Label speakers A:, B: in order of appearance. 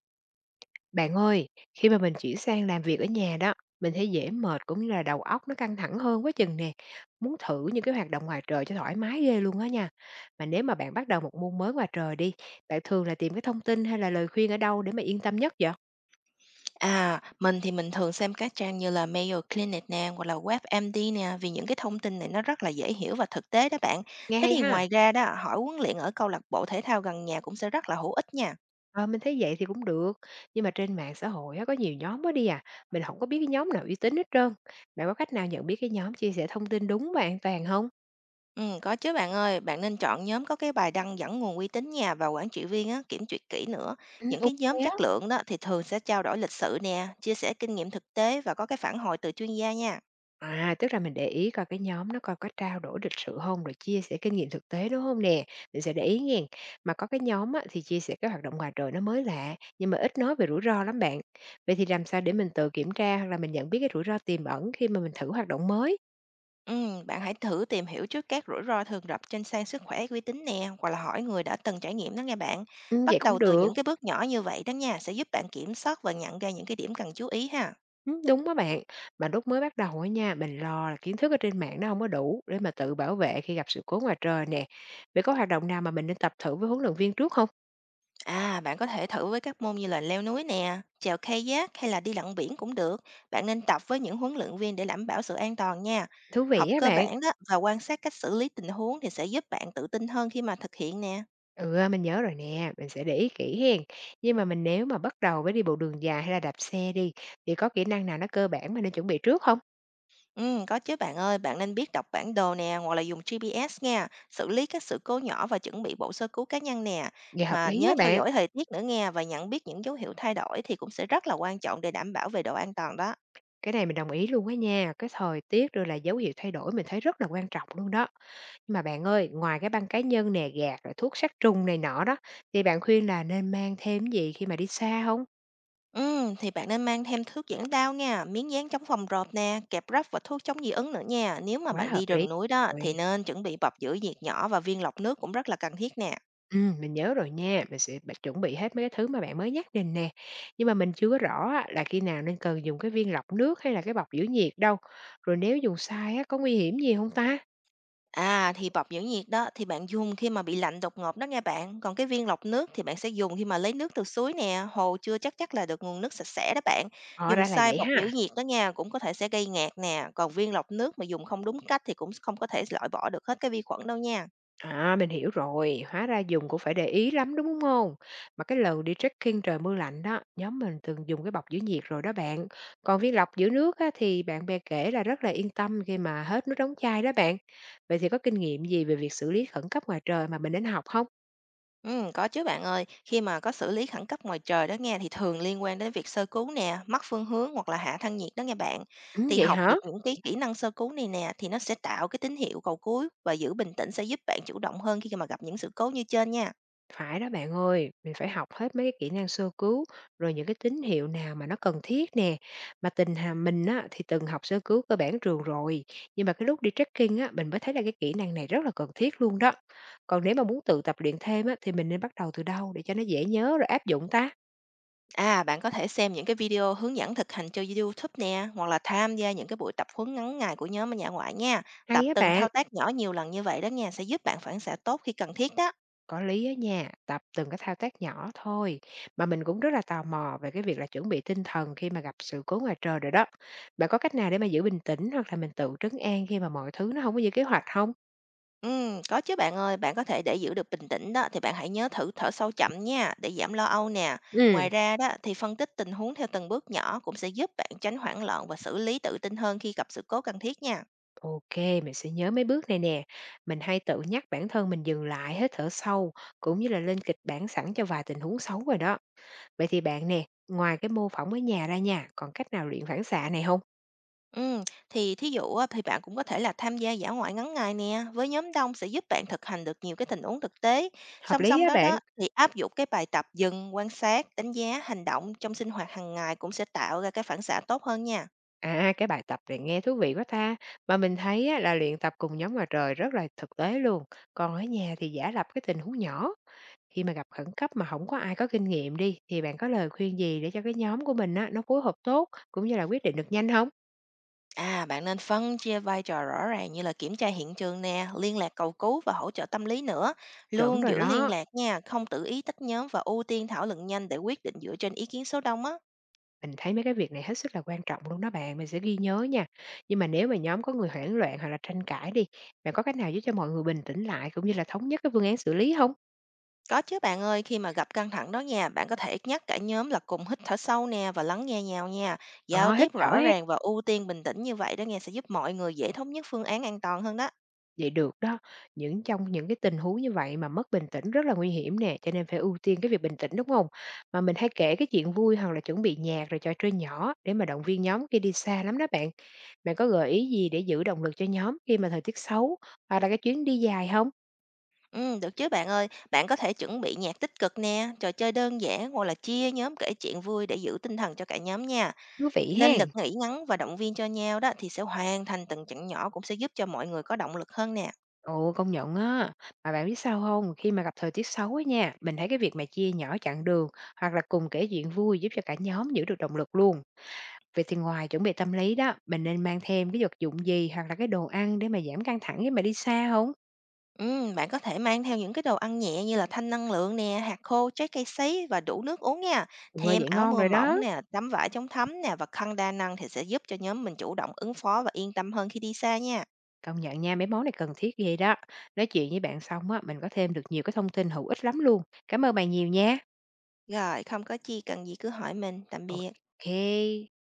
A: Bạn ơi, khi mà mình chuyển sang làm việc ở nhà đó, mình thấy dễ mệt cũng như là đầu óc nó căng thẳng hơn quá chừng nè. Muốn thử những cái hoạt động ngoài trời cho thoải mái ghê luôn á nha. Mà nếu mà bạn bắt đầu một môn mới ngoài trời đi, bạn thường là tìm cái thông tin hay là lời khuyên ở đâu để mà yên tâm nhất vậy?
B: À, mình thì mình thường xem các trang như là Mayo Clinic nè, hoặc là WebMD nè, vì những cái thông tin này nó rất là dễ hiểu và thực tế đó bạn.
A: Nghe
B: Thế
A: hay
B: thì ngoài
A: ha.
B: ra đó, hỏi huấn luyện ở câu lạc bộ thể thao gần nhà cũng sẽ rất là hữu ích nha.
A: Ờ, mình thấy vậy thì cũng được. Nhưng mà trên mạng xã hội á, có nhiều nhóm quá đi à. Mình không có biết cái nhóm nào uy tín hết trơn. Bạn có cách nào nhận biết cái nhóm chia sẻ thông tin đúng và an toàn không?
B: Ừ, có chứ bạn ơi, bạn nên chọn nhóm có cái bài đăng dẫn nguồn uy tín nha, và quản trị viên á, kiểm duyệt kỹ nữa.
A: Ừ,
B: Những cái
A: ok
B: nhóm
A: á.
B: chất lượng đó thì thường sẽ trao đổi lịch sự nè, chia sẻ kinh nghiệm thực tế và có cái phản hồi từ chuyên gia nha.
A: À, tức là mình để ý coi cái nhóm nó coi có trao đổi lịch sự hông, rồi chia sẻ kinh nghiệm thực tế, đúng không nè? Mình sẽ để ý nghen. Mà có cái nhóm á, thì chia sẻ cái hoạt động ngoài trời nó mới lạ, nhưng mà ít nói về rủi ro lắm bạn. Vậy thì làm sao để mình tự kiểm tra hoặc là mình nhận biết cái rủi ro tiềm ẩn khi mà mình thử hoạt động mới?
B: Bạn hãy thử tìm hiểu trước các rủi ro thường gặp trên sàn sức khỏe uy tín nè, hoặc là hỏi người đã từng trải nghiệm đó nghe bạn.
A: Vậy
B: Bắt đầu
A: cũng
B: từ
A: được.
B: những cái bước nhỏ như vậy đó nha, sẽ giúp bạn kiểm soát và nhận ra những cái điểm cần chú ý ha.
A: Đúng đó bạn. Mà lúc mới bắt đầu á nha, mình lo là kiến thức ở trên mạng nó không có đủ để mà tự bảo vệ khi gặp sự cố ngoài trời nè. Vậy có hoạt động nào mà mình nên tập thử với huấn luyện viên trước không?
B: À, bạn có thể thử với các môn như là leo núi nè, chèo kayak hay là đi lặn biển cũng được. Bạn nên tập với những huấn luyện viên để đảm bảo sự an toàn nha.
A: Thú
B: Học
A: vị á
B: cơ
A: bạn.
B: bản đó và quan sát cách xử lý tình huống thì sẽ giúp bạn tự tin hơn khi mà thực hiện nè.
A: Ừ, à, mình nhớ rồi nè, mình sẽ để ý kỹ hen. Nhưng mà mình nếu mà bắt đầu với đi bộ đường dài hay là đạp xe đi, thì có kỹ năng nào nó cơ bản mà nên chuẩn bị trước không?
B: Có chứ bạn ơi, bạn nên biết đọc bản đồ nè, hoặc là dùng GPS nha, xử lý các sự cố nhỏ và chuẩn bị bộ sơ cứu cá nhân nè.
A: Dạ hợp
B: Mà
A: lý
B: nhớ
A: á
B: theo
A: bạn.
B: dõi thời tiết nữa nha, và nhận biết những dấu hiệu thay đổi thì cũng sẽ rất là quan trọng để đảm bảo về độ an toàn đó.
A: Cái này mình đồng ý luôn á nha. Cái thời tiết rồi là dấu hiệu thay đổi mình thấy rất là quan trọng luôn đó. Nhưng mà bạn ơi, ngoài cái băng cá nhân nè, gạt rồi thuốc sát trùng này nọ đó, thì bạn khuyên là nên mang thêm gì khi mà đi xa không?
B: Thì bạn nên mang thêm thước dẫn đao nha, miếng dán chống phòng rộp nè, kẹp ráp và thuốc chống dị ứng nữa nha. Nếu mà
A: Quá
B: bạn đi
A: hợp lý.
B: rừng núi đó thì
A: Rồi.
B: nên chuẩn bị bọc giữ nhiệt nhỏ, và viên lọc nước cũng rất là cần thiết nè.
A: Mình nhớ rồi nha, mình sẽ b chuẩn bị hết mấy cái thứ mà bạn mới nhắc mình nè. Nhưng mà mình chưa có rõ á là khi nào nên cần dùng cái viên lọc nước hay là cái bọc giữ nhiệt đâu, rồi nếu dùng sai á có nguy hiểm gì không ta?
B: À, thì bọc dưỡng nhiệt đó thì bạn dùng khi mà bị lạnh đột ngột đó nghe bạn. Còn cái viên lọc nước thì bạn sẽ dùng khi mà lấy nước từ suối nè, hồ chưa chắc chắn là được nguồn nước sạch sẽ đó bạn.
A: Hóa
B: Dùng
A: ra là
B: sai
A: vậy
B: bọc dưỡng
A: ha.
B: nhiệt đó nha, cũng có thể sẽ gây ngạt nè. Còn viên lọc nước mà dùng không đúng cách thì cũng không có thể loại bỏ được hết cái vi khuẩn đâu nha.
A: À, mình hiểu rồi, hóa ra dùng cũng phải để ý lắm, đúng không? Mà cái lần đi trekking trời mưa lạnh đó, nhóm mình từng dùng cái bọc giữ nhiệt rồi đó bạn. Còn viên lọc giữ nước á thì bạn bè kể là rất là yên tâm khi mà hết nước đóng chai đó bạn. Vậy thì có kinh nghiệm gì về việc xử lý khẩn cấp ngoài trời mà mình nên học không?
B: Có chứ bạn ơi, khi mà có xử lý khẩn cấp ngoài trời đó nghe, thì thường liên quan đến việc sơ cứu nè, mất phương hướng, hoặc là hạ thân nhiệt đó nghe bạn. Thì
A: Vậy
B: học được
A: hả?
B: những cái kỹ năng sơ cứu này nè, thì nó sẽ tạo cái tín hiệu cầu cứu và giữ bình tĩnh sẽ giúp bạn chủ động hơn khi mà gặp những sự cố như trên nha.
A: Phải đó bạn ơi, mình phải học hết mấy cái kỹ năng sơ cứu, rồi những cái tín hiệu nào mà nó cần thiết nè. Mà tình hà mình á, thì từng học sơ cứu cơ bản trường rồi, nhưng mà cái lúc đi trekking á, mình mới thấy là cái kỹ năng này rất là cần thiết luôn đó. Còn nếu mà muốn tự tập luyện thêm á, thì mình nên bắt đầu từ đâu để cho nó dễ nhớ rồi áp dụng ta?
B: À, bạn có thể xem những cái video hướng dẫn thực hành cho YouTube nè, hoặc là tham gia những cái buổi tập huấn ngắn ngày của nhóm ở nhà ngoại nha. Tập
A: Hay á
B: từng
A: bạn.
B: thao tác nhỏ nhiều lần như vậy đó nha, sẽ giúp bạn phản xạ tốt khi cần thiết đó.
A: Có lý á nha, tập từng cái thao tác nhỏ thôi. Mà mình cũng rất là tò mò về cái việc là chuẩn bị tinh thần khi mà gặp sự cố ngoài trời rồi đó. Bạn có cách nào để mà giữ bình tĩnh hoặc là mình tự trấn an khi mà mọi thứ nó không có như kế hoạch không?
B: Có chứ bạn ơi, bạn có thể để giữ được bình tĩnh đó thì bạn hãy nhớ thử thở sâu chậm nha, để giảm lo âu nè. Ngoài
A: Ừ,
B: ra đó thì phân tích tình huống theo từng bước nhỏ cũng sẽ giúp bạn tránh hoảng loạn và xử lý tự tin hơn khi gặp sự cố cần thiết nha.
A: ok, mình sẽ nhớ mấy bước này nè. Mình hay tự nhắc bản thân mình dừng lại, hít thở sâu, cũng như là lên kịch bản sẵn cho vài tình huống xấu rồi đó. Vậy thì bạn nè, ngoài cái mô phỏng ở nhà ra nha, còn cách nào luyện phản xạ này không?
B: Ừm, thì thí dụ á, thì bạn cũng có thể là tham gia dã ngoại ngắn ngày nè, với nhóm đông sẽ giúp bạn thực hành được nhiều cái tình huống thực tế.
A: Hợp
B: Song
A: lý
B: song
A: á
B: đó đó
A: bạn.
B: thì áp dụng cái bài tập dừng, quan sát, đánh giá, hành động trong sinh hoạt hàng ngày cũng sẽ tạo ra cái phản xạ tốt hơn nha.
A: À, cái bài tập này nghe thú vị quá ta. Mà mình thấy á, là luyện tập cùng nhóm ngoài trời rất là thực tế luôn. Còn ở nhà thì giả lập cái tình huống nhỏ. Khi mà gặp khẩn cấp mà không có ai có kinh nghiệm đi, thì bạn có lời khuyên gì để cho cái nhóm của mình á, nó phối hợp tốt cũng như là quyết định được nhanh không?
B: À, bạn nên phân chia vai trò rõ ràng, như là kiểm tra hiện trường nè, liên lạc cầu cứu và hỗ trợ tâm lý nữa.
A: Chuẩn
B: Luôn
A: rồi
B: giữ liên
A: đó.
B: lạc nha, không tự ý tách nhóm và ưu tiên thảo luận nhanh để quyết định dựa trên ý kiến số đông á.
A: Mình thấy mấy cái việc này hết sức là quan trọng luôn đó bạn. Mình sẽ ghi nhớ nha. Nhưng mà nếu mà nhóm có người hoảng loạn hoặc là tranh cãi đi, bạn có cách nào giúp cho mọi người bình tĩnh lại cũng như là thống nhất cái phương án xử lý không?
B: Có chứ bạn ơi, khi mà gặp căng thẳng đó nha, bạn có thể nhắc cả nhóm là cùng hít thở sâu nè và lắng nghe nhau nha. Giao
A: Ờ, hít
B: tiếp
A: thở
B: rõ
A: ha.
B: ràng và ưu tiên bình tĩnh như vậy đó nghe, sẽ giúp mọi người dễ thống nhất phương án an toàn hơn đó.
A: Vậy được đó, những trong những cái tình huống như vậy mà mất bình tĩnh rất là nguy hiểm nè, cho nên phải ưu tiên cái việc bình tĩnh, đúng hông? Mà mình hay kể cái chuyện vui hoặc là chuẩn bị nhạc rồi trò chơi nhỏ để mà động viên nhóm khi đi xa lắm đó bạn. Bạn có gợi ý gì để giữ động lực cho nhóm khi mà thời tiết xấu hoặc là cái chuyến đi dài không?
B: Ừ, được chứ bạn ơi, bạn có thể chuẩn bị nhạc tích cực nè, trò chơi đơn giản, hoặc là chia nhóm kể chuyện vui để giữ tinh thần cho cả nhóm nha.
A: Thú vị
B: Lên lịch
A: hen.
B: nghỉ ngắn và động viên cho nhau đó, thì sẽ hoàn thành từng chặng nhỏ cũng sẽ giúp cho mọi người có động lực hơn nè.
A: Ồ, công nhận á. Mà bạn biết sao không? Khi mà gặp thời tiết xấu á nha, mình thấy cái việc mà chia nhỏ chặng đường hoặc là cùng kể chuyện vui giúp cho cả nhóm giữ được động lực luôn. Vậy thì ngoài chuẩn bị tâm lý đó, mình nên mang thêm cái vật dụng gì hoặc là cái đồ ăn để mà giảm căng thẳng khi mà đi xa không?
B: Bạn có thể mang theo những cái đồ ăn nhẹ như là thanh năng lượng nè, hạt khô, trái cây sấy và đủ nước uống nha.
A: Ừ,
B: Thêm
A: vậy
B: áo
A: ngon
B: mưa
A: rồi đó.
B: mỏng nè, tấm vải chống thấm nè và khăn đa năng thì sẽ giúp cho nhóm mình chủ động ứng phó và yên tâm hơn khi đi xa nha.
A: Công nhận nha, mấy món này cần thiết ghê đó. Nói chuyện với bạn xong á, mình có thêm được nhiều cái thông tin hữu ích lắm luôn. Cảm ơn bạn nhiều nha.
B: Rồi, không có chi, cần gì cứ hỏi mình. Tạm biệt.
A: Ok.